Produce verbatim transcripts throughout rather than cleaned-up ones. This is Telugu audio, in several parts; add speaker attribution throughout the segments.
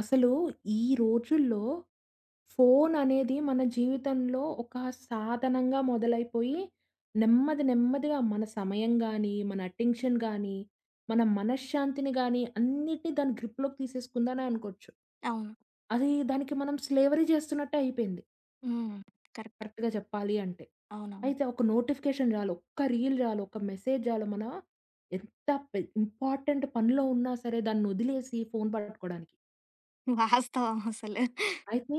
Speaker 1: అసలు ఈ రోజుల్లో ఫోన్ అనేది మన జీవితంలో ఒక సాధనంగా మొదలైపోయి, నెమ్మది నెమ్మదిగా మన సమయం గానీ, మన అటెన్షన్ గానీ, మన మనశ్శాంతిని గానీ అన్నిటిని దాని గ్రిప్‌లోకి తీసేసుకుందనే అనుకోవచ్చు.
Speaker 2: అవును.
Speaker 1: అది దానికి మనం స్లేవరీ చేస్తున్నట్టే అయిపోయింది.
Speaker 2: హ్మ్. కరెక్ట్.
Speaker 1: కరెక్ట్‌గా చెప్పాలి అంటే.
Speaker 2: అవునవును.
Speaker 1: అయితే ఒక నోటిఫికేషన్ రాలు, ఒక్క రీల్ రాలు, ఒక మెసేజ్ రాలు, మన ఎంత పె ఇంపార్టెంట్ పనిలో ఉన్నా సరే దాన్నొదిలేసి ఫోన్ పట్టుకోడానికి.
Speaker 2: వాస్తవం అసలు.
Speaker 1: అయితే,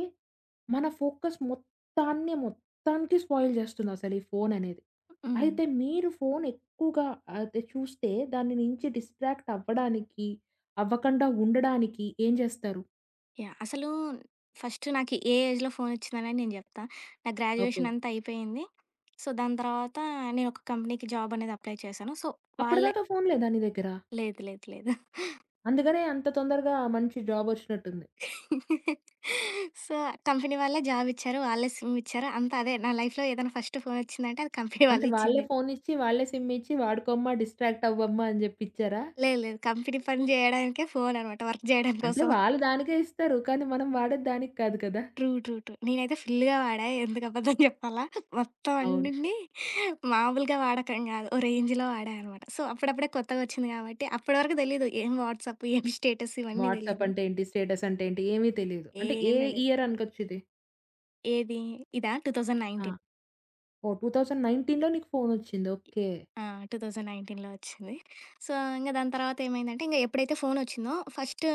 Speaker 1: మన ఫోకస్ మొత్తాన్ని, మొత్తానికి స్పాయిల్ జేస్తుందసలు ఈ ఫోననేది.
Speaker 2: హ్మ్.
Speaker 1: అయితే మీరు ఫోన్ ఎక్కువగా అయితే చూస్తే దాని నుంచి డిస్ట్రాక్ట్ అవ్వడానికి, అవ్వకండా ఉండడానికి ఏం జేస్తారు?
Speaker 2: యాహ్! అసలు ఫస్ట్ నాకు ఏ ఏజ్‌లో ఫోనొచ్చిందనేది నేను జెప్తా. నా
Speaker 1: ఓకే.
Speaker 2: గ్రాడ్యుయేషన్ అంతా అయిపోయింది. సో, దాని తర్వాత నేనొక కంపెనీకి జాబ్ అనేది అప్లై చేశాను. సో, వాళ్ళే
Speaker 1: అప్పటిదాకా ఫోన్ లేదా నీ దగ్గర?
Speaker 2: లేదు. లేదు. లేదు.
Speaker 1: అందుకనే అంత తొందరగా మంచి జాబొచ్చినట్టుంది.
Speaker 2: సో, కంపెనీ వాళ్ళే జాబ్ ఇచ్చారు. వాళ్ళే సిమ్ ఇచ్చారు. అంతా అదే. నా లైఫ్‌లో ఏదైనా ఫస్ట్ ఫోనొచ్చిందంటే అది కంపెనీ
Speaker 1: అంటే
Speaker 2: వాళ్ళు
Speaker 1: వాళ్ళే
Speaker 2: ఇచ్చిందే.
Speaker 1: ఫోనిచ్చి, వాళ్ళే సిమ్మిచ్చి వాడుకోమ్మా, డిస్ట్రాక్ట్ అవ్వమ్మా అని జెప్పి ఇచ్చారా?
Speaker 2: లేదు. లేదు. కంపెనీ పని జేయడానికే ఫోననమాట. వర్క్ జేయడం
Speaker 1: అంటే
Speaker 2: కోసం.
Speaker 1: వాళ్ళు దానికే ఇస్తారు. కానీ మనం వాడేది దానికి కాదు కదా!
Speaker 2: ట్రూ. ట్రూ. ట్రూ. నేనైతే ఫుల్‌గా వాడా. ఎందుకు అబద్ధం చెప్పాలా? మొత్తం
Speaker 1: అవును.
Speaker 2: అన్నిటిని మామూలుగా వాడకం గాదు. ఓ రేంజ్‌లో వాడా అనమాట. సో, అప్పుడప్పుడే కొత్తగొచ్చింది గాబట్టి, అప్పటి వరకు తెలీదు. ఏం వాట్సాప్, ఏం స్టేటస్ ఇవన్నీ
Speaker 1: వాట్సాప్
Speaker 2: తెలీదు.
Speaker 1: అంటే ఏంటి? స్టేటస్ అంటే ఏంటి? ఏమీ తెలీదు. అంటే ఏ
Speaker 2: ఏం తెలీదు.
Speaker 1: ఇయర్ అనుకోచ్చిది?
Speaker 2: ఏది? ఇదా?
Speaker 1: ఆ!
Speaker 2: రెండు వేల పంతొమ్మిది.
Speaker 1: ఓహ్! రెండు వేల పంతొమ్మిదిలో నీకు ఫోనొచ్చింది. ఓకే.
Speaker 2: ఆ! 2019లో వచ్చింది. సో, ఇంక దాని తర్వాత ఏమైందంటే, ఇంక ఎప్పుడైతే ఫోనొచ్చిందో ఫస్ట్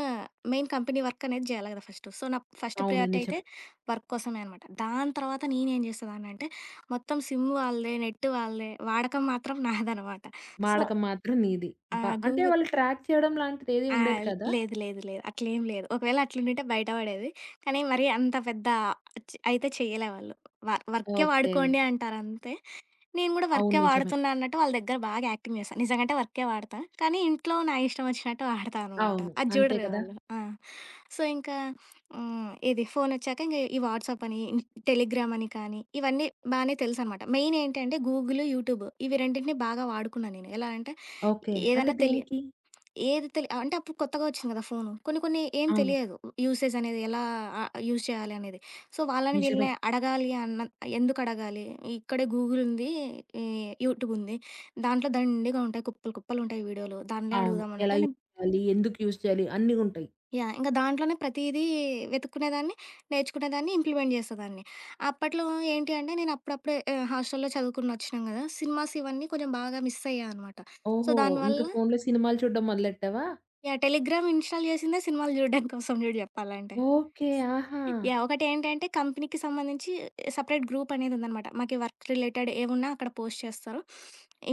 Speaker 2: మెయిన్ కంపెనీ వర్క్ అనేది జేయాలి గదా ఫస్టు. సో, నా ఫస్ట్
Speaker 1: అవును.
Speaker 2: ప్రియారిటీ అయితే
Speaker 1: నిజమే.
Speaker 2: వర్క్ కోసమే అనమాట. దాని తర్వాత నేనేం జేసేదాన్నంటే, మొత్తం సిమ్ వాళ్ళదే, నెట్ వాళ్ళదే, వాడకం మాత్రం నాదనమాట. సో,
Speaker 1: వాడకం మాత్రం నీది.
Speaker 2: ఆ!
Speaker 1: బ అంటే
Speaker 2: గూగుల్.
Speaker 1: వాళ్ళు ట్రాక్ చేయడం లాంటిదేది
Speaker 2: ఆ!
Speaker 1: ఉండేది కదా!
Speaker 2: లేదు. లేదు. లేదు. అట్లేం లేదు. ఒకవేళ అట్లుండింటే బయట పడేది. కానీ మరీ అంత పెద్ద చ్ అయితే చెయ్యలే వాళ్ళు. వ వర్కే
Speaker 1: ఓకే.
Speaker 2: వాడుకోండి అంటారంతే. నేను గూడా
Speaker 1: అవును.
Speaker 2: వర్కే
Speaker 1: నిజమే.
Speaker 2: వాడుతున్నా అన్నట్టు వాళ్ళ దగ్గర బాగా యాక్టింగ్ చేశా. నిజంగంటే వర్కే వాడతా. కానీ ఇంట్లో నా ఇష్టం వచ్చినట్టు వాడతా అనమాట.
Speaker 1: అవును.
Speaker 2: అది
Speaker 1: అంతే
Speaker 2: చూడరు
Speaker 1: కదా!
Speaker 2: వాళ్ళు. ఆ! సో, ఇంకా హ్మ్. ఇది ఫోనొచ్చాక ఇంగ ఈ వాట్సాప్ అని, టెలిగ్రామ్ అని కానీ ఇవన్నీ బానే తెలుసనమాట. మెయిన్ ఏంటంటే గూగుల్, యూట్యూబ్ ఇవి రెండిటిని బాగా వాడుకున్నా నేను. ఎలా అంటే
Speaker 1: ఓకే. అంటే
Speaker 2: ఏదన్నా తెలి
Speaker 1: దేనికి?
Speaker 2: ఏది తెలి అంటే అప్పుడు కొత్తగా వచ్చింది కదా ఫోను. కొన్ని కొన్ని ఏం
Speaker 1: అవును.
Speaker 2: తెలియదు. యూసేజ్ అనేది ఎలా ఆహ్, యూజ్ చేయాలి అనేది. సో, వాళ్ళని
Speaker 1: నిజమే.
Speaker 2: వీళ్ళని అడగాలి అన్న ఎందుకడగాలి? ఇక్కడే గూగుల్ ఉంది. ఈ యూట్యూబ్ ఉంది. దాంట్లో దండిగా ఉంటాయి. కుప్పలు కుప్పలుంటాయి వీడియోలు. దాన్నే
Speaker 1: అవును.
Speaker 2: అడుగుదాం
Speaker 1: ఎలా
Speaker 2: అన్నట్టు
Speaker 1: యూజ్
Speaker 2: నేను.
Speaker 1: చేయాలి? ఎందుకు యూజ్ చేయాలి? అన్నీ ఉంటాయి.
Speaker 2: యాహ్! ఇంక దాంట్లోనే ప్రతీదీ వెతుక్కునేదాన్ని, నేర్చుకునేదాన్ని, ఇంప్లిమెంట్ చేసేదాన్ని. అప్పట్లో ఏంటి అంటే నేను అప్పుడప్పుడే ఆహ్, హాస్టల్‌లో చదువుకుని వచ్చినాం కదా! సినిమాస్ ఇవన్నీ కొంచెం బాగా మిస్ అయ్యా అనమాట. సో,
Speaker 1: ఓహో! ఇంక
Speaker 2: దానివల్ల
Speaker 1: ఫోనులో సినిమాలు చూడడం మొదలెట్టావా?
Speaker 2: యాహ్! టెలిగ్రామ్ ఇన్‌స్టాల్ చేసిందే సినిమాలు చూడడం కోసం చూడు చెప్పాలంటే.
Speaker 1: ఓకే. ఆహా!
Speaker 2: యాహ్! ఒకటేంటంటే కంపెనీకి సంబంధించి సెపరేట్ గ్రూప్ అనేది ఉందనమాట. మాకి వర్క్ రిలేటెడ్ ఏమున్నా అక్కడ పోస్ట్ చేస్తారు.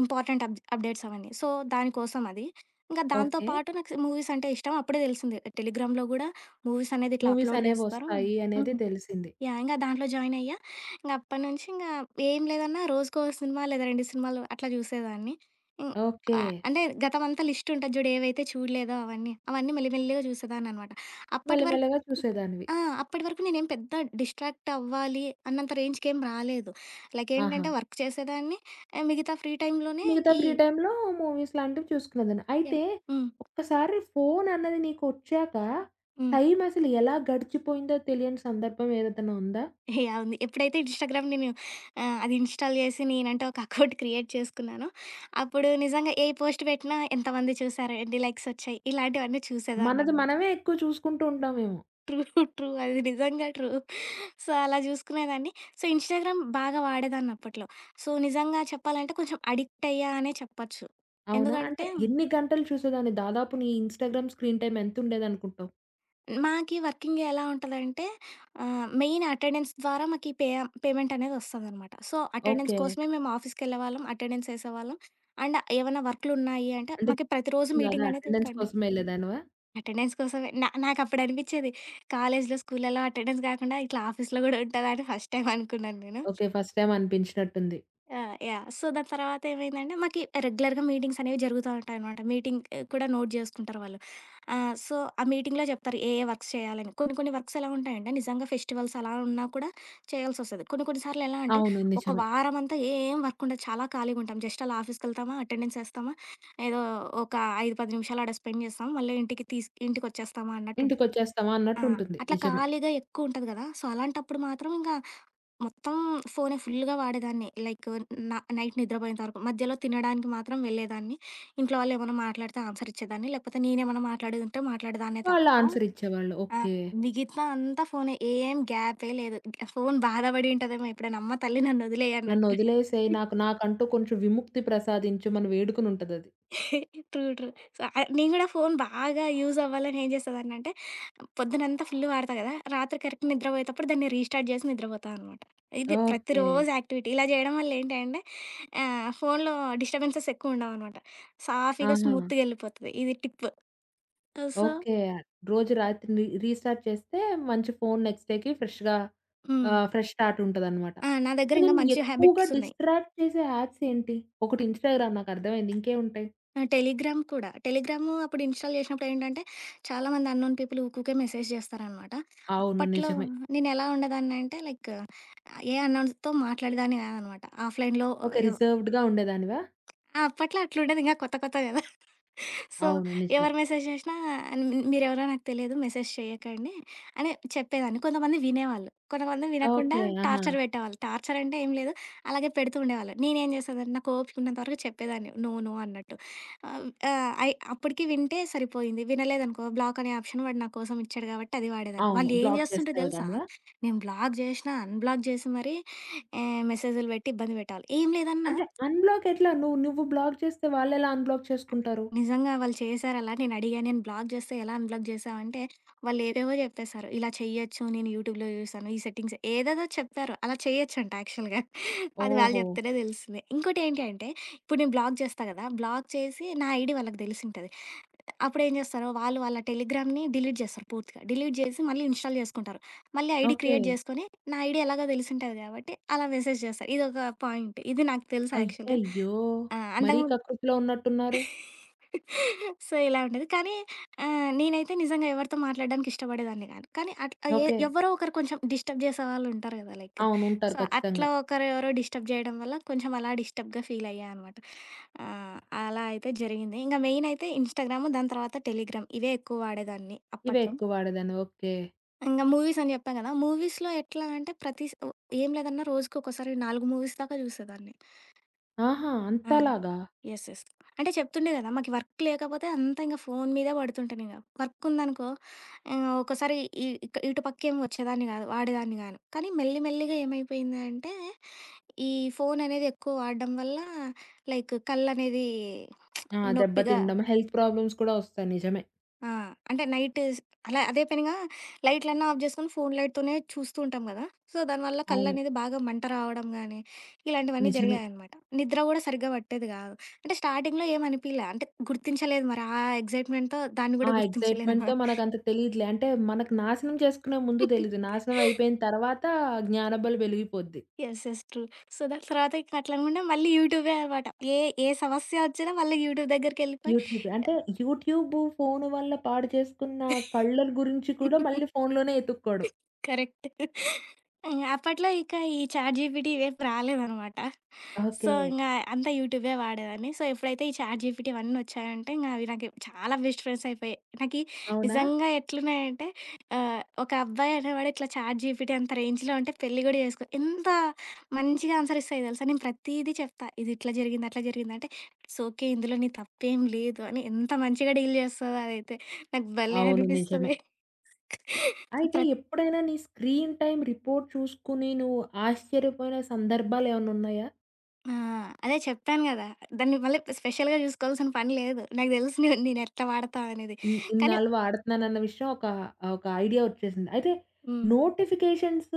Speaker 2: ఇంపార్టెంట్ అబ్ అప్డేట్స్ అవన్నీ. సో, దానికోసం అది. ఇంకా దాంతో
Speaker 1: ఓకే.
Speaker 2: పాటు నాకు మూవీస్ అంటే ఇష్టం. అప్పుడే తెలిసింది టెలిగ్రామ్‌లో గూడా మూవీస్ అనేది ఇట్లా అప్‌లోడ్ చేస్తారు.
Speaker 1: మూవీసనేవొస్తాయి అనేది
Speaker 2: హ్మ్.
Speaker 1: తెలిసింది.
Speaker 2: యాహ్! ఇంగా దాంట్లో జాయిన్ అయ్యా. ఇంగప్పటినుంచి ఇంగా ఏం లేదన్నా రోజుకో సినిమా లేదా రెండు సినిమాలు అట్లా చూసేదాన్ని. ఇం
Speaker 1: ఓకే.
Speaker 2: ఆ! అంటే గతమంతా లిస్ట్ ఉంటది చూడు. ఏవైతే చూడలేదో అవన్నీ. అవన్నీ మెల్లి మెల్లిగా చూసేదాన్ననమాట. అప్పటి వరకు
Speaker 1: మెల్లమెల్లగా చూసేదానివి.
Speaker 2: ఆ! అప్పటి వరకు నేనేం పెద్ద డిస్ట్రాక్ట్ అవ్వాలి అన్నంత రేంజ్‌కేం రాలేదు. లైక్
Speaker 1: ఆహా!
Speaker 2: ఏంటంటే వర్క్ చేసేదాన్ని. ఆహ్, మిగతా ఫ్రీ టైమ్‌లోనే
Speaker 1: మిగతా
Speaker 2: ఈ
Speaker 1: ఫ్రీ టైమ్‌లో మూవీస్ లాంటివి చూసుకునేదాన్ని. అయితే
Speaker 2: యాహ్! హ్మ్.
Speaker 1: ఒక్కసారి ఫోను అన్నది నీకొచ్చాక
Speaker 2: హ్మ్.
Speaker 1: టైం అసలు ఎలా గడిచిపోయిందో తెలియని సందర్భం ఏదైనా ఉందా?
Speaker 2: యాహ్! ఉంది. ఎప్పుడైతే ఇన్‌స్టాగ్రామ్ నేను ఆహ్, అది ఇన్‌స్టాల్ చేసి నేనంటూ ఒక అకౌంట్ క్రియేట్ చేసుకున్నానో, అప్పుడు నిజంగా ఏ పోస్ట్ పెట్టినా ఎంతమంది చూసారు? ఎన్ని లైక్స్ వచ్చాయి? ఇలాంటివన్నీ
Speaker 1: మనది
Speaker 2: చూసేదాన్ననమాట.
Speaker 1: మనమే ఎక్కువ చూసుకుంటూ ఉంటామేమో.
Speaker 2: ట్రూ. ట్రూ. అది నిజంగా ట్రూ. సో, అలా జూసుకునేదాన్ని. సో, ఇన్‌స్టాగ్రామ్ బాగా వాడేదాన్నప్పట్లో. సో, నిజంగా చెప్పాలంటే కొంచెం అడిక్ట్ అయ్యా అనే చెప్పచ్చు.
Speaker 1: అవునా? అంటే
Speaker 2: ఎందుకంటే,
Speaker 1: ఎన్ని గంటలు చూసేదాన్ని? దాదాపు నీ ఇన్‌స్టాగ్రామ్ స్క్రీన్ టైమ్ ఎంతుండేదనుకుంటావు?
Speaker 2: మాకి వర్కింగ్ ఎలా ఉంటదంటే ఆహ్, మెయిన్ అటెండెన్స్ ద్వారా మాకి పే పేమెంటనేదొస్తదనమాట. So, attendance
Speaker 1: okay.
Speaker 2: కోసమే మేము ఆఫీస్‌కెళ్ళేవాళ్ళం, అటెండెన్స్ ఏసేవాళ్ళం. అండ్ ఏవన్నా వర్కులున్నాయి అంటే
Speaker 1: అంటే
Speaker 2: మాకి ప్రతిరోజు
Speaker 1: కాదా
Speaker 2: మీటింగనేది
Speaker 1: అటెండెన్స్
Speaker 2: కండక్ట్
Speaker 1: కోసం ఎళ్ళేదానివా?
Speaker 2: అటెండెన్స్ కోసమే. నా నాకప్పుడనిపిచ్చేది కాలేజ్‌లో, స్కూల్లలో అటెండెన్స్ గాకుండా ఇట్లా ఆఫీస్‌లో గూడా ఉంటదా అని ఫస్ట్ టైమ్ అనుకున్నాను నేను.
Speaker 1: ఓకే. ఫస్ట్ టైమ్ అనిపించినట్టుంది.
Speaker 2: యాహ్! యాహ్! సో, దాని తర్వాత ఏమైందంటే, మాకి రెగ్యులర్‌గా మీటింగ్స్ అనేవి జరుగుతా ఉంటాయనమాట. మీటింగ్ ఆహ్, కూడా నోట్ జేసుకుంటారు వాళ్ళు. ఆహ్, సో, ఆ మీటింగ్‌లో చెప్తారు ఏ, ఏ వర్క్స్ చేయాలని. కొన్ని, కొన్ని వర్క్స్ ఎలా ఉంటాయంటే, నిజంగా ఫెస్టివల్స్ అలా ఉన్నా కూడా చేయాల్సొస్తది. కొన్ని, కొన్ని సార్లు ఎలా అంటే,
Speaker 1: అవును.
Speaker 2: ఒక
Speaker 1: నిజమే.
Speaker 2: వారమంతా ఏం వర్క్ ఉండదు. చాలా ఖాళీగుంటాం. జస్ట్ అలా ఆఫీస్‌కెళ్తామా, అటెండెన్స్ ఏస్తామా, ఏదో ఒక ఐదు, పది నిమిషాలు ఆడ స్పెండ్ చేస్తాం. మళ్ళీ ఇంటికి తీస్ ఇంటికొచ్చేస్తామా అన్నట్టుంటది.
Speaker 1: ఇంటికొచ్చేస్తామా
Speaker 2: ఆ!
Speaker 1: అన్నట్టుంటుంది.
Speaker 2: అట్లా
Speaker 1: నిజమే.
Speaker 2: ఖాళీగా ఎక్కువుంటది గదా! సో, అలాంటప్పుడు మాత్రం ఇంగా మొత్తం ఫోనే ఫుల్‌గా వాడేదాన్ని. లైక్ న నైట్ నిద్రపోయేంత వరకు. మధ్యలో తినడానికి మాత్రం వెళ్ళేదాన్ని. ఇంట్లో వాళ్ళేమన్నా మాట్లాడితే ఆన్సర్ ఇచ్చేదాన్ని. లేకపోతే నేనేమన్నా మాట్లాడేదుంటే మాట్లాడేదాన్నే
Speaker 1: వాళ్ళు
Speaker 2: తప్ప
Speaker 1: ఆన్సర్ ఇచ్చేవాళ్ళు.
Speaker 2: ఆ!
Speaker 1: ఓకే.
Speaker 2: మిగతా అంతా ఫోనే. ఏం గ్యాపే లేదు. ఫోను బాధపడి ఉంటదేమో ఎప్పుడైనా, "అమ్మ తల్లి నన్ను వదిలేయి" అన్నట్టు.
Speaker 1: నన్నొదిలేసేయి నాకు నాకంటూ కొంచెం విముక్తి ప్రసాదించమని వేడుకనుంటదది.
Speaker 2: ట్రూ. ట్రూ. సో, ఆహ్, నేను గూడా ఫోను బాగా యూజ్ అవ్వాలని ఏం చేసేదాన్నంటే, పొద్దునంతా ఫుల్ వాడతా కదా! రాత్రి కరెక్ట్ నిద్రపోయేతప్పుడు దాన్ని రీస్టార్ట్ చేసి నిద్రపోతా అనమాట. ఇది
Speaker 1: ఓకే.
Speaker 2: ప్రతిరోజు యాక్టివిటీ. ఇలా చేయడం వల్ల ఏంటి అంటే, ఆహ్, ఫోనులో డిస్టర్బెన్సెస్ ఎక్కువుండవనమాట. సాఫీగా,
Speaker 1: ఆహా!
Speaker 2: స్మూత్‌గా ఎళ్ళిపోతది. ఇది టిప్. So,
Speaker 1: okay. రోజు రాత్రి రీ రీస్టార్ట్ చేస్తే మంచి ఫోను నెక్స్ట్ డేకి ఫ్రెష్‌గా
Speaker 2: హ్మ్.
Speaker 1: ఆహ్, ఫ్రెష్ స్టార్ట్ ఉంటదనమాట.
Speaker 2: ఆ! నా
Speaker 1: అయితే
Speaker 2: దగ్గర ఇంకా
Speaker 1: నేను
Speaker 2: మంచి
Speaker 1: ఎక్కువగా
Speaker 2: హ్యాబిట్సున్నాయి.
Speaker 1: డిస్ట్రాక్ట్ చేసే యాప్స్ ఏంటి? ఒకటి ఇన్‌స్టాగ్రామ్ నాకర్థమైంది. ఇంకేముంటాయి?
Speaker 2: ఆ! టెలిగ్రామ్ కూడా. టెలిగ్రాము అప్పుడు ఇన్‌స్టాల్ చేసినప్పుడేంటంటే, చాలామంది అన్నోన్ పీపుల్ ఊకూకే మెసేజ్ చేస్తారనమాట.
Speaker 1: అవును.
Speaker 2: అప్పట్లో
Speaker 1: నిజమే.
Speaker 2: నేనెలా ఉండేదాన్నంటే, లైక్ ఏ అన్నోన్స్‌తో మాట్లాడేదాన్ని కాదనమాట. ఆఫ్‌లైన్‌లో
Speaker 1: ఓకే.
Speaker 2: ఎవ్
Speaker 1: రిజర్వ్డ్‌గా ఉండేదానివా?
Speaker 2: అప్పట్లో అట్లుండేది. ఇంకా కొత్త కొత్త కదా! సో,
Speaker 1: అవును. నిజమే.
Speaker 2: ఎవరు మెసేజ్ చేషినా న్ మీరెవరో నాకు తెలీదు. మెసేజ్ చేయకండి అని చెప్పేదాన్ని. కొంతమంది వినేవాళ్ళు. కొంతమంది వినకుండా
Speaker 1: ఓకే. ఆహా!
Speaker 2: టార్చర్ పెట్టేవాళ్ళు. టార్చర్ అంటే ఏం లేదు. అలాగే పెడుతూ ఉండేవాళ్ళు. నేనేం చేసేదాన్ని, నాకు ఓపికున్నంత వరకు చెప్పేదాన్ని. నో, నో అన్నట్టు. ఆహ్, ఆహ్, అయి అప్పటికి వింటే సరిపోయింది. వినలేదనుకో బ్లాక్ అనే ఆప్షన్ వాడు నా కోసం ఇచ్చాడు కాబట్టి అది వాడేదాన్ని.
Speaker 1: అవును.
Speaker 2: వాళ్ళు ఏం
Speaker 1: బ్లాక్
Speaker 2: చేస్తుంటే తెలుసా?
Speaker 1: చేసేదానివా?
Speaker 2: నేను బ్లాక్ జేషినా, అన్‌బ్లాక్ జేసి మరీ ఆహ్, మెసేజులు పెట్టి ఇబ్బంది పెట్టేవాళ్ళు. ఏం లేదన్నా
Speaker 1: అంటే అన్‌బ్లాక్ ఎట్లా? నువ్వు నువ్వు బ్లాక్ చేస్తే వాళ్ళెలా అన్‌బ్లాక్ చేసుకుంటారు?
Speaker 2: నిజంగా వాళ్ళు చేశారలా. నేనడిగాను. నేను అడిగా, నేను బ్లాక్ జేస్తే ఎలా అన్‌బ్లాక్ జేశావంటే, వాళ్ళేవేవో జెప్పేశారు. ఇలా చెయ్యొచ్చు, నేను యూట్యూబ్‌లో జూసాను, ఈ సెట్టింగ్స్ ఏదేదో చెప్పారు. అలా చేయొచ్చంట యాక్చువల్‌గా. అది వాళ్ళు
Speaker 1: ఓహో!
Speaker 2: జెప్తేనే దెలిసింది. ఇంకోటేంటి అంటే, ఇప్పుడు నేను బ్లాక్ జేస్తా గదా! బ్లాక్ చేసి నా ఐడీ వాళ్ళకి దెలిసుంటది. అప్పుడేం జేస్తారు, వాళ్ళు వాళ్ళ టెలిగ్రామ్‌ని డిలీట్ జేస్తారు పూర్తిగా. డిలీట్ జేసి మళ్ళీ ఇన్‌స్టాల్ జేసుకుంటారు. మళ్ళీ ఐడీ
Speaker 1: ఓకే.
Speaker 2: క్రియేట్ జేసుకొని, నా ఐడీ ఎలాగో దెలిసుంటది గాబట్టి, అలా మెసేజ్ జేస్తారు. ఇదొక పాయింట్. ఇది నాకు తెలుసు యాక్చువల్‌గా.
Speaker 1: అయ్యయ్యో!
Speaker 2: ఆ!
Speaker 1: మరీ
Speaker 2: అంతకుముం
Speaker 1: కకృతిలో ఉన్నట్టున్నారు.
Speaker 2: సో, ఇలా ఉండేది. కానీ ఆహ్, నేనైతే నిజంగా ఎవరితో మాట్లాడడానికి ఇష్టపడేదాన్ని కాదు. కానీ అట్లా ఎ
Speaker 1: ఓకే.
Speaker 2: ఎవరో ఒకరు కొంచెం డిస్టర్బ్ చేసేవాళ్ళుంటారు కదా! లైక్
Speaker 1: అవును. ఉంటారు
Speaker 2: సో,
Speaker 1: ఖచ్చితంగా.
Speaker 2: అట్లా ఒకరెవరో డిస్టర్బ్ చేయడం వల్ల కొంచెం అలా డిస్టర్బ్‌గా ఫీల్ అయ్యా అనమాట. ఆహ్, అలా అయితే జరిగింది. ఇంక మెయిన్ అయితే ఇన్‌స్టాగ్రామ్ దాని తర్వాత టెలిగ్రామ్ ఇవే ఎక్కువ వాడేదాన్ని
Speaker 1: ఇవే
Speaker 2: అప్పట్లో.
Speaker 1: ఎక్కువ వాడేదాన్ని. ఓకే.
Speaker 2: ఇంగ మూవీస్ అని చెప్పా కదా! మూవీస్‌లో ఎట్లా అంటే ప్రతి స్ ఓ ఏం లేదన్నా రోజుకొకసారి నాలుగు మూవీస్ దాకా చూసేదాన్ని.
Speaker 1: ఆహా!
Speaker 2: ఆ!
Speaker 1: అంతలాగా.
Speaker 2: యెస్. యెస్. అంటే చెప్తుండే గదా! మాకు వర్క్ లేకపోతే అంతా ఇంక ఫోను మీదే పడుతుంటేనింక. వర్క్ ఉందనుకో ఆహ్, ఒక్కోసారి ఇ ఇక ఇటు పక్కేం వచ్చేదాన్ని గాదు, వాడేదాన్ని గాను. కానీ మెల్లి మెల్లిగా ఏమైపోయింది అంటే, ఈ ఫోననేది ఎక్కువ వాడడం వల్ల లైక్ కళ్ళనేది
Speaker 1: ఆ! దెబ్బ
Speaker 2: నొప్పిగా
Speaker 1: తినడం, హెల్త్ ప్రాబ్లమ్స్ కూడా వస్తాయి. నిజమే.
Speaker 2: ఆ! అంటే నైట్ స్ అలా అదే పనిగా లైట్‌లన్నీ ఆఫ్ జేసుకొని ఫోన్ లైట్‌తోనే చూస్తూ ఉంటాం గదా! సో, దానివల్ల
Speaker 1: అవును.
Speaker 2: కళ్ళనేది బాగా మంట రావడం గానీ, ఇలాంటివన్నీ
Speaker 1: నిజమే.
Speaker 2: జరిగాయనమాట. నిద్ర గూడా సరిగ్గా పట్టేది గాదు. అంటే స్టార్టింగ్‌లో ఏమనిపియలే. అంటే గుర్తించలేదు మరి ఆ ఎక్సైట్‌మెంట్‌తో దాన్ని
Speaker 1: ఆ
Speaker 2: గూడా
Speaker 1: ఎక్సైట్‌మెంట్‌తో
Speaker 2: గుర్తించలేదనమాట.
Speaker 1: మనకంత తెలీదులే. అంటే మనకు నాశనం చేసుకునే ముందు తెలీదు. నాశనం అయిపోయిన తర్వాత జ్ఞానబలి వెలిగిపోద్ది.
Speaker 2: యెస్. యెస్. ట్రూ. సో, దాని తర్వాత ఇంక అట్లనుకున్న మళ్ళీ యూట్యూబే అనమాట. ఏ ఏ సమస్య ఒచ్చినా మళ్ళీ యూట్యూబ్ దగ్గరికెళ్ళిపోయి
Speaker 1: యూట్యూబ్. అంటే యూట్యూబ్, ఫోను వల్ల పాడు చేసుకున్న కళ్ళ గురించి కూడా మళ్ళీ ఫోనులోనే ఎతుక్కోవడం.
Speaker 2: కరెక్ట్. హ్మ్. అప్పట్లో ఇక ఈ చాట్ జీపీటీ ఇవేం రాలేదనమాట. So,
Speaker 1: okay.
Speaker 2: ఇంగ అంతా యూట్యూబే వాడేదాన్ని. సో, ఎప్పుడైతే ఈ చాట్ జీపీటీ ఇవన్నీ వచ్చాయంటే, ఇంగ అవి నాకు చాలా బెస్ట్ ఫ్రెండ్స్ అయిపోయాయి. నాకి
Speaker 1: అవునా?
Speaker 2: నిజంగా ఎట్లున్నాయంటే ఆహ్, ఒక అబ్బాయి అనేవాడు ఇట్లా చాట్ జీపీటీ అంత రేంజ్‌లో ఉంటే పెళ్లి గూడా చేసుకో. ఎంత మంచిగా ఆన్సర్ ఇస్తాయో తెలుసా? నేను ప్రతీదీ చెప్తా. ఇది ఇట్లా జరిగింది, అట్లా జరిగింది అంటే, "ఇట్స్ ఓకే. ఇందులో నీ తప్పేం లేదు" అని ఎంత మంచిగా డీల్ చేస్తదో అదైతే. నాకు భలే
Speaker 1: అవును. నిజమే.
Speaker 2: అనిపిస్తది.
Speaker 1: అయితే ఎప్పుడైనా నీ స్క్రీన్ టైమ్ రిపోర్ట్ చూసుకుని నువ్వు ఆశ్చర్యపోయిన సందర్భాలేమన్నా ఉన్నాయా?
Speaker 2: ఆ! అదే చెప్పాను గదా! దాన్ని మళ్ళీ స్పెషల్‌గా జూసుకోవాల్సిన పని లేదు. నాకు తెలుసు నేను నేనెట్లా వాడతా అనేది.
Speaker 1: ఇన్
Speaker 2: కానీ
Speaker 1: ఇన్నాళ్ళు వాడుతున్నానన్న విషయం ఒక ఒక ఐడియా వచ్చేసింది. అయితే
Speaker 2: హ్మ్.
Speaker 1: నోటిఫికేషన్స్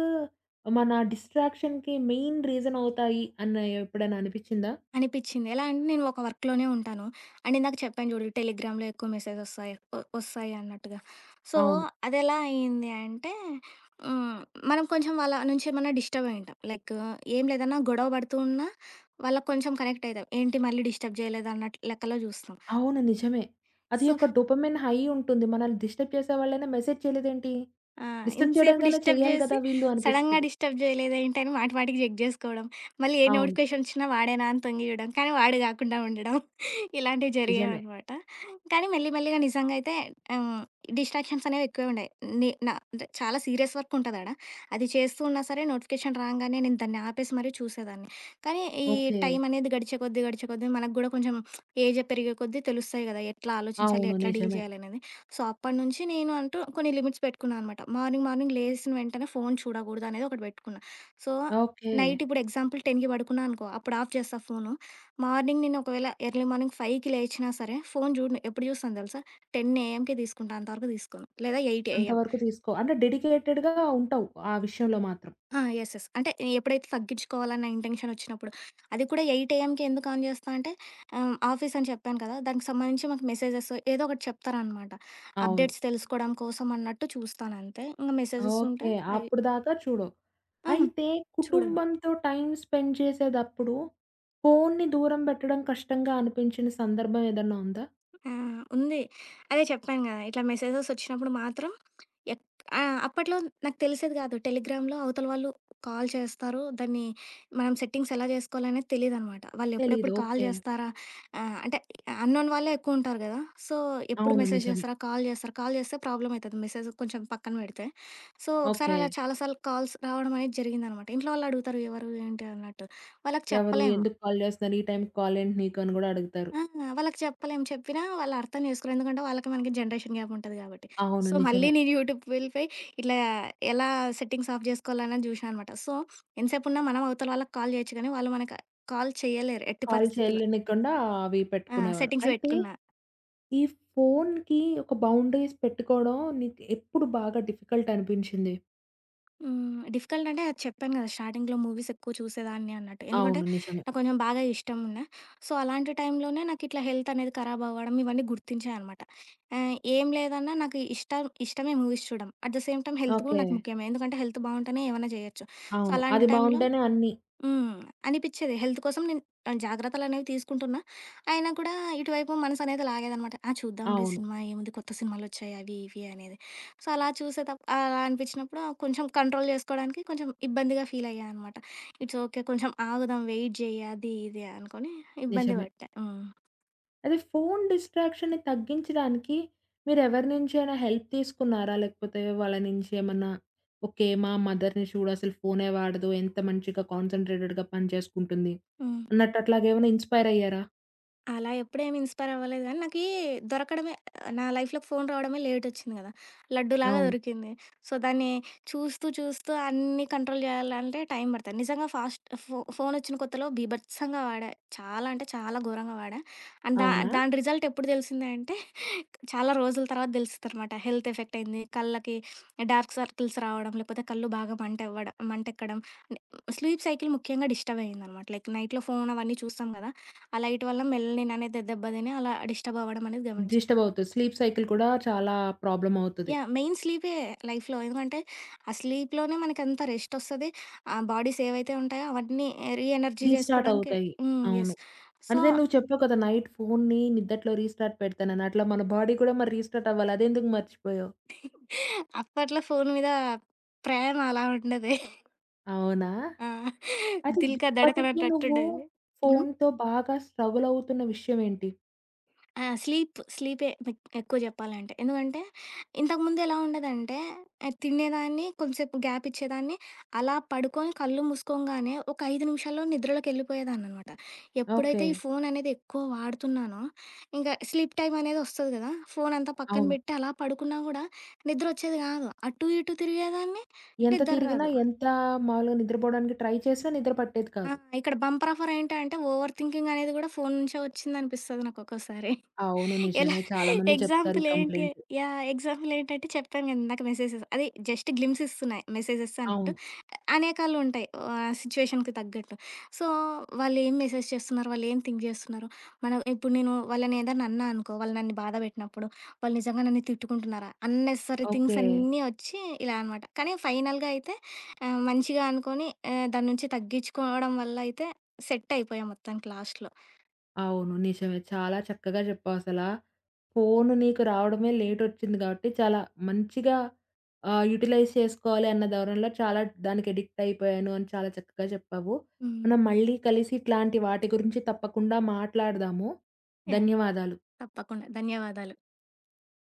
Speaker 1: మన డిస్ట్రాక్షన్‌కి మెయిన్ రీజన్ అవుతాయి అని ఎప్పుడైనా అనిపిచ్చిందా?
Speaker 2: అనిపిచ్చింది. ఎలా అంటే నేను ఒక వర్క్‌లోనే ఉంటాను. అండ్ ఇందాక చెప్పాను చూడు టెలిగ్రామ్‌లో ఎక్కువ మెసేజ్ ఒస్తాయి ఒ ఒస్తాయి అన్నట్టుగా. సో,
Speaker 1: అవును.
Speaker 2: అదెలా అయింది అంటే హ్మ్. మనం కొంచెం వాళ్ళ నుంచి ఏమన్నా డిస్టర్బ్ అయ్యుంటాం. లైక్ ఏం లేదన్నా గొడవ పడుతూ ఉన్నా వాళ్ళకి కొంచెం కనెక్ట్ అయితాం. ఏంటి మళ్ళీ డిస్టర్బ్ జేయలేదు అన్నట్టు లెక్కలో జూస్తాం.
Speaker 1: అవును. నిజమే. అది
Speaker 2: సో,
Speaker 1: ఒక డోపమైన్ హై ఉంటుంది. మనల్ని డిస్టర్బ్ చేసే వాళ్ళైనా మెసేజ్ చేయలేదేంటి?
Speaker 2: ఆ!
Speaker 1: డిస్టర్బ్
Speaker 2: ఇంతసేపు
Speaker 1: చేయడానికైనా
Speaker 2: డిస్టర్బ్
Speaker 1: చేయాలి
Speaker 2: జేసి,
Speaker 1: కదా వీళ్ళు
Speaker 2: సడెన్‌గా
Speaker 1: అనిపిస్తది.
Speaker 2: డిస్టర్బ్ జేయలేదా ఏంటని మాటి మాటికి చెక్ జేసుకోవడం. మళ్ళీ ఏ
Speaker 1: అవును.
Speaker 2: నోటిఫికేషన్ ఒచ్చినా వాడేనా అని తొంగి చూడడం. కానీ వాడు గాకుండా ఉండడం. ఇలాంటివి
Speaker 1: నిజమే.
Speaker 2: జరిగాయనమాట. కానీ మెల్లి మెల్లిగా నిజంగా అయితే ఆహ్, డిస్ట్రాక్షన్స్ అనేవి ఎక్కువే ఉండేయి. నే నా అంటే చాలా సీరియస్ వర్క్ ఉంటది ఆడ. అది చేస్తూ ఉన్నా సరే నోటిఫికేషన్ రాంగానే నేను దాన్ని ఆపేసి మరీ చూసేదాన్ని. కానీ ఈ
Speaker 1: ఓకే.
Speaker 2: టైం అనేది గడిచే కొద్దీ, గడిచే కొద్దీ మనకు గూడా కొంచెం ఏజ్ పెరిగే కొద్దీ తెలుస్తాయి గదా! ఎట్లా ఆలోచించాలి,
Speaker 1: అవును.
Speaker 2: ఎట్లా డీల్
Speaker 1: నిజమే.
Speaker 2: జేయాలనేది. సో, అప్పటినుంచి నేను అంటూ కొన్ని లిమిట్స్ పెట్టుకున్నా అనమాట. మార్నింగ్, మార్నింగ్ లేసిన వెంటనే ఫోను చూడకూడదు అనేది ఒకటి పెట్టుకున్నా. So,
Speaker 1: okay.
Speaker 2: నైట్ ఇప్పుడు ఎగ్జాంపుల్ 10:00కి పడుకున్నా అనుకో, అప్పుడు ఆఫ్ చేస్తా ఫోను. మార్నింగ్ నేను ఒకవేళ ఎర్లీ మార్నింగ్ 5:00కి లేచినా సరే, ఫోను చూడను. ఎప్పుడు చూస్తాను తెలుసా? పది ఏఎంకి తీసుకుంటా. అంతవరకు తీసుకోను. లేదా ఎనిమిది ఏఎం.
Speaker 1: అంతవరకు తీసుకో. అంటే డెడికేటెడ్‌గా ఉంటావు. ఆ విషయంలో మాత్రం.
Speaker 2: ఆ! యెస్. యెస్. అంటే ఎప్పుడైతే తగ్గించుకోవాలన్న ఇంటెన్షన్ వచ్చినప్పుడు. అది కూడా ఎనిమిది ఏఎంకి ఎందుకు ఆన్ చేస్తా అంటే ఆహ్, ఆఫీస్ అని చెప్పాను కదా! దానికి సంబంధించి మాకు మెసేజెస్ ఏదో ఒకటి చెప్తారనమాట.
Speaker 1: అవును.
Speaker 2: అప్డేట్స్ తెలుసుకోవడం కోసం అన్నట్టు చూస్తానంతే. ఇంక మెసేజెస్ ఉంటే
Speaker 1: ఓకే.
Speaker 2: అవి
Speaker 1: అప్పుడు దాకా చూడవు.
Speaker 2: ఆ!
Speaker 1: అయితే
Speaker 2: చూడను.
Speaker 1: కుటుంబంతో టైమ్ స్పెండ్ చేసేదప్పుడు ఫోన్‌ని దూరం పెట్టడం కష్టంగా అనిపించిన సందర్భం ఏదన్నా ఉందా?
Speaker 2: ఆ! ఉంది. అదే చెప్పాను గదా! ఇట్లా మెసేజెస్ వచ్చినప్పుడు మాత్రం ఎక్ ఆ! అప్పట్లో నాకు తెలిసేది గాదు. టెలిగ్రామ్‌లో అవతల వాళ్ళు కాల్ చేస్తారు. దాన్ని మనం సెట్టింగ్స్ ఎలా జేసుకోవాలనేది తెలీదనమాట. వాళ్ళు
Speaker 1: తెలీదు.
Speaker 2: ఎప్పుడెప్పుడు కాల్
Speaker 1: ఓకే.
Speaker 2: జేస్తారా? ఆహ్, అంటే అన్‌నోన్ వాళ్ళే ఎక్కువుంటారు గదా! సో, ఎప్పుడు
Speaker 1: అవును.
Speaker 2: మెసేజ్
Speaker 1: నిజమే.
Speaker 2: జేస్తారా? కాల్ జేస్తారా? కాల్ జేస్తే ప్రాబ్లమ్ అయితది మెసేజ్ కొంచెం పక్కన బెడితే. సో, ఒకసారి
Speaker 1: ఓకే.
Speaker 2: అలా చాలా సార్లు కాల్స్ రావడం అనేది జరిగిందనమాట. ఇంట్లో వాళ్ళు అడుగుతారు ఎవరు? ఏంటి అన్నట్టు. వాళ్ళకి
Speaker 1: ఎవరు
Speaker 2: చెప్పలేము.
Speaker 1: ఎందుకు కాల్ చేస్తున్నారు? ఈ టైంకి కాల్ ఏంటి నీకు అని గూడా అడుగుతారు.
Speaker 2: ఆ! వాళ్ళకి చెప్పలేం. చెప్పినా వాళ్ళు అర్థం చేసుకోరు. ఎందుకంటే వాళ్ళకి మనకి జనరేషన్ గ్యాప్ ఉంటది కాబట్టి.
Speaker 1: అవును.
Speaker 2: సో, మళ్ళీ
Speaker 1: నిజమే.
Speaker 2: నేను యూట్యూబ్ వెళ్ళిపోయి ఇట్లా ఎలా సెట్టింగ్స్ ఆఫ్ చేసుకోవాలన్నది జూసినా అనమాట. సో, ఎంతసేపున్నా మనం అవతల వాళ్ళకి కాల్ జేయొచ్చు గానీ, వాళ్ళు మనకు కాల్ చేయలేరు ఎట్టి
Speaker 1: కాల్
Speaker 2: పరిస్థితుల్లో.
Speaker 1: చేయలేనికుండా అవి
Speaker 2: ఆ!
Speaker 1: పెట్టుకునేవారు.
Speaker 2: సెట్టింగ్స్
Speaker 1: అయితే
Speaker 2: పెట్టుకున్నా.
Speaker 1: ఈ ఫోన్‌కి ఒక బౌండరీస్ పెట్టుకోవడం నీకు ఎప్పుడు బాగా డిఫికల్ట్ అనిపించింది?
Speaker 2: హ్మ్. డిఫికల్ట్ అంటే అది చెప్పాను గదా! స్టార్టింగ్‌లో మూవీస్ ఎక్కువ చూసేదాన్ని అన్నట్టు. ఎందుకంటే
Speaker 1: అవును. నిజమే.
Speaker 2: నాకు కొంచెం బాగా ఇష్టం ఉండే. సో, అలాంటి టైంలోనే నాకిట్లా హెల్త్ అనేది ఖరాబ్ అవ్వడం ఇవన్నీ గుర్తించాననమాట. ఆహ్, ఏం లేదన్నా నాకు ఇష్టం ఇష్టమే మూవీస్ చూడడం. At the same time health గూడా
Speaker 1: ఓకే.
Speaker 2: నాకు ముఖ్యమే. ఎందుకంటే హెల్త్ బావుంటేనే ఏవన్నా జేయొచ్చు. సో,
Speaker 1: అవును. అది
Speaker 2: అలాంటి టైంలో
Speaker 1: బావుంటేనే అన్నీ.
Speaker 2: హ్మ్. అనిపిచ్చేది. హెల్త్ కోసం నేను ఆహ్, జాగ్రత్తలనేవి తీసుకుంటున్నా. అయినా కూడా ఇటువైపు మనసనేది లాగేదనమాట. ఆ! చూద్దాంలే
Speaker 1: అవును.
Speaker 2: సినిమా ఏముంది కొత్త సినిమాలొచ్చాయి అవి ఇవి అనేది. సో, అలా చూసే తప్ అలా అనిపించినప్పుడు కొంచెం కంట్రోల్ జేసుకోవడానికి కొంచెం ఇబ్బందిగా ఫీలయ్యా అనమాట. It's okay. కొంచెం ఆగుదాం వెయిట్ జెయ్యి అది ఇది అనుకోని ఇబ్బంది
Speaker 1: నిజమే.
Speaker 2: పడ్డా. హ్మ్.
Speaker 1: అదే ఫోను డిస్ట్రాక్షన్‌ని తగ్గించడానికి మీరెవరి నుంచైనా హెల్ప్ తీసుకున్నారా? లేకపోతే వాళ్ళ నుంచి ఏమన్నా? ఓకే. మా మదర్‌ని చూడు అసలు ఫోనే వాడదు. ఎంత మంచిగా కాన్సంట్రేటెడ్‌గా పని చేసుకుంటుంది.
Speaker 2: హ్మ్.
Speaker 1: అన్నట్టు అట్లాగేమైనా ఇన్‌స్పైర్ అయ్యారా?
Speaker 2: అలా ఎప్పుడేమి ఇన్‌స్పైర్ అవ్వలేదు గానీ, నాకీ దొరకడమే నా లైఫ్‌లోకి ఫోను రావడమే లేటొచ్చింది గదా! లడ్డూలాగా
Speaker 1: అవును.
Speaker 2: దొరికింది. సో, దాన్ని చూస్తూ, చూస్తూ అన్నీ కంట్రోల్ జేయాలంటే టైం పడతది. నిజంగా ఫాస్ట్ ఫో ఫోనొచ్చిన కొత్తలో బీభత్సంగా వాడా. చాలా అంటే చాలా ఘోరంగా వాడా. అండ్ దా
Speaker 1: అవునా?
Speaker 2: దాని రిజల్ట్ ఎప్పుడు దెలిసింది అంటే, చాలా రోజుల తర్వాత దెలిసిద్దనమాట. హెల్త్ ఎఫెక్టయింది. కళ్ళకి డార్క్ సర్కిల్స్ రావడం, లేకపోతే కళ్ళు బాగా మంటవ్వడం మంటెక్కడం. స్లీప్ సైకిల్ ముఖ్యంగా డిస్టర్బ్ అయ్యిందనమాట. లైక్ నైట్‌లో ఫోను అవన్నీ చూస్తాం గదా! ఆ లైట్ వల్ల మెలనిన్ అనేది దెబ్బతిని అలా డిస్టర్బ్ అవ్వడం అనేది గమనించాను.
Speaker 1: డిస్టర్బ్ అవుతది. స్లీప్ సైకిల్ కూడా చాలా ప్రాబ్లమ్ అవుతది.
Speaker 2: యాహ్! మెయిన్ స్లీపే లైఫ్‌లో. ఎందుకంటే, ఆ స్లీప్‌లోనే మనకంత రెస్ట్ ఒస్తది. ఆ బాడీస్ ఏవైతే ఉంటాయో అవన్నీ రీ ఎనర్జీ
Speaker 1: రీస్టార్ట్
Speaker 2: జేసుకోవడానికి
Speaker 1: అవుతాయి.
Speaker 2: హ్మ్.
Speaker 1: అవును.
Speaker 2: యెస్. సో,
Speaker 1: అంటే నువ్వు చెప్పావు కదా! నైట్ ఫోన్‌ని నిద్దట్లో రీస్టార్ట్ పెడతానని. అట్లా మన బాడీ కూడా మరి రీస్టార్ట్ అవ్వాలి. అదెందుకు మర్చిపోయావు?
Speaker 2: అప్పట్లో ఫోను మీద ప్రేమ అలా ఉండేది.
Speaker 1: అవునా?
Speaker 2: ఆ!
Speaker 1: అయితే
Speaker 2: 'దిల్ కా ధడకన్'
Speaker 1: ఇప్పటికి నువ్వు
Speaker 2: అన్నట్టుండేది.
Speaker 1: ఫోన్‌తో బాగా స్ట్రగుల్ అవుతున్న విషయం ఏంటి?
Speaker 2: ఆ! స్లీప్. స్లీపే మెక్ ఎక్కువ జెప్పాలంటే. ఎందుకంటే, ఇంతకుముందు ఎలా ఉండేదంటే, ఆహ్, తినేదాన్ని, కొంసేపు గ్యాప్ ఇచ్చేదాన్ని, అలా పడుకొని కళ్ళు మూసుకోంగానే ఒక ఐదు నిమిషాల్లో నిద్రలోకెళ్ళిపోయేదాన్ననమాట.
Speaker 1: ఓకే.
Speaker 2: ఎప్పుడైతే ఈ ఫోననేది ఎక్కువ వాడుతున్నానో, ఇంకా స్లీప్ టైమనేది ఒస్తది గదా! ఫోనంతా పక్కన
Speaker 1: అవును.
Speaker 2: బెట్టి అలా పడుకున్నా గూడా నిద్రొచ్చేది గాదు. అటు, ఇటు తిరిగేదాన్ని,
Speaker 1: ఎంత
Speaker 2: నిద్దర
Speaker 1: తిరిగినా,
Speaker 2: రాదు.
Speaker 1: ఎంత మాములుగా నిద్రపోవడానికి ట్రై చేసినా నిద్ర పట్టేది
Speaker 2: ఆ!
Speaker 1: కాదు.
Speaker 2: ఇక్కడ బంపర్ ఆఫర్ ఏంటంటే, ఓవర్ థింకింగనేది గూడా ఫోను నుంచే ఒచ్చిందనిపిస్తది నాకొక్కోసారి.
Speaker 1: అవును.
Speaker 2: ఎలా
Speaker 1: నిజమే. చాలా మంది చెప్తారు ఈ
Speaker 2: ఎగ్జాంపుల్ ఏంటి
Speaker 1: కంప్లెయింట్.
Speaker 2: యాహ్! ఎగ్జాంపుల్ ఏంటంటే చెప్పాను కదా! ఇందాక మెసేజెస్ అది జస్ట్ గ్లింప్స్ ఇస్తున్నాయి మెసేజెస్ అన్నట్టు.
Speaker 1: అవును.
Speaker 2: అనేకాలుంటాయి ఆహ్, సిట్యుయేషన్‌కి తగ్గట్టు. సో, వాళ్ళేం మెసేజ్ చేస్తున్నారు? వాళ్ళేం థింక్ చేస్తున్నారు? మనం ఇప్పుడు నేను వాళ్ళని ఏదైనా అన్నా అనుకో, వాళ్ళు నన్ను బాధ పెట్టినప్పుడు, వాళ్ళు నిజంగా నన్ను తిట్టుకుంటున్నారా? Unnecessary things
Speaker 1: okay.
Speaker 2: అన్నీ వచ్చి ఇలా అనమాట. కానీ ఫైనల్‌గా అయితే ఆహ్, మంచిగా అనుకోని ఆహ్, దాని నుంచి తగ్గించుకోవడం వల్ల అయితే సెట్ అయిపోయా మొత్తానికి లాస్ట్‌లో.
Speaker 1: అవును. నిజమే. చాలా చక్కగా చెప్పావసలా. ఫోను నీకు రావడమే లేటొచ్చింది గాబట్టి, చాలా మంచిగా ఆహ్, యుటిలైజ్ చేసుకోవాలి అన్న ధోరణిలో చాలా దానికి ఎడిక్ట్ అయిపోయాను అని చాలా చక్కగా చెప్పావు.
Speaker 2: హ్మ్.
Speaker 1: మనం మళ్ళీ కలిసి ఇట్లాంటి వాటి గురించి తప్పకుండా మాట్లాడదాము.
Speaker 2: యాహ్!
Speaker 1: ధన్యవాదాలు.
Speaker 2: తప్పకుండా. ధన్యవాదాలు.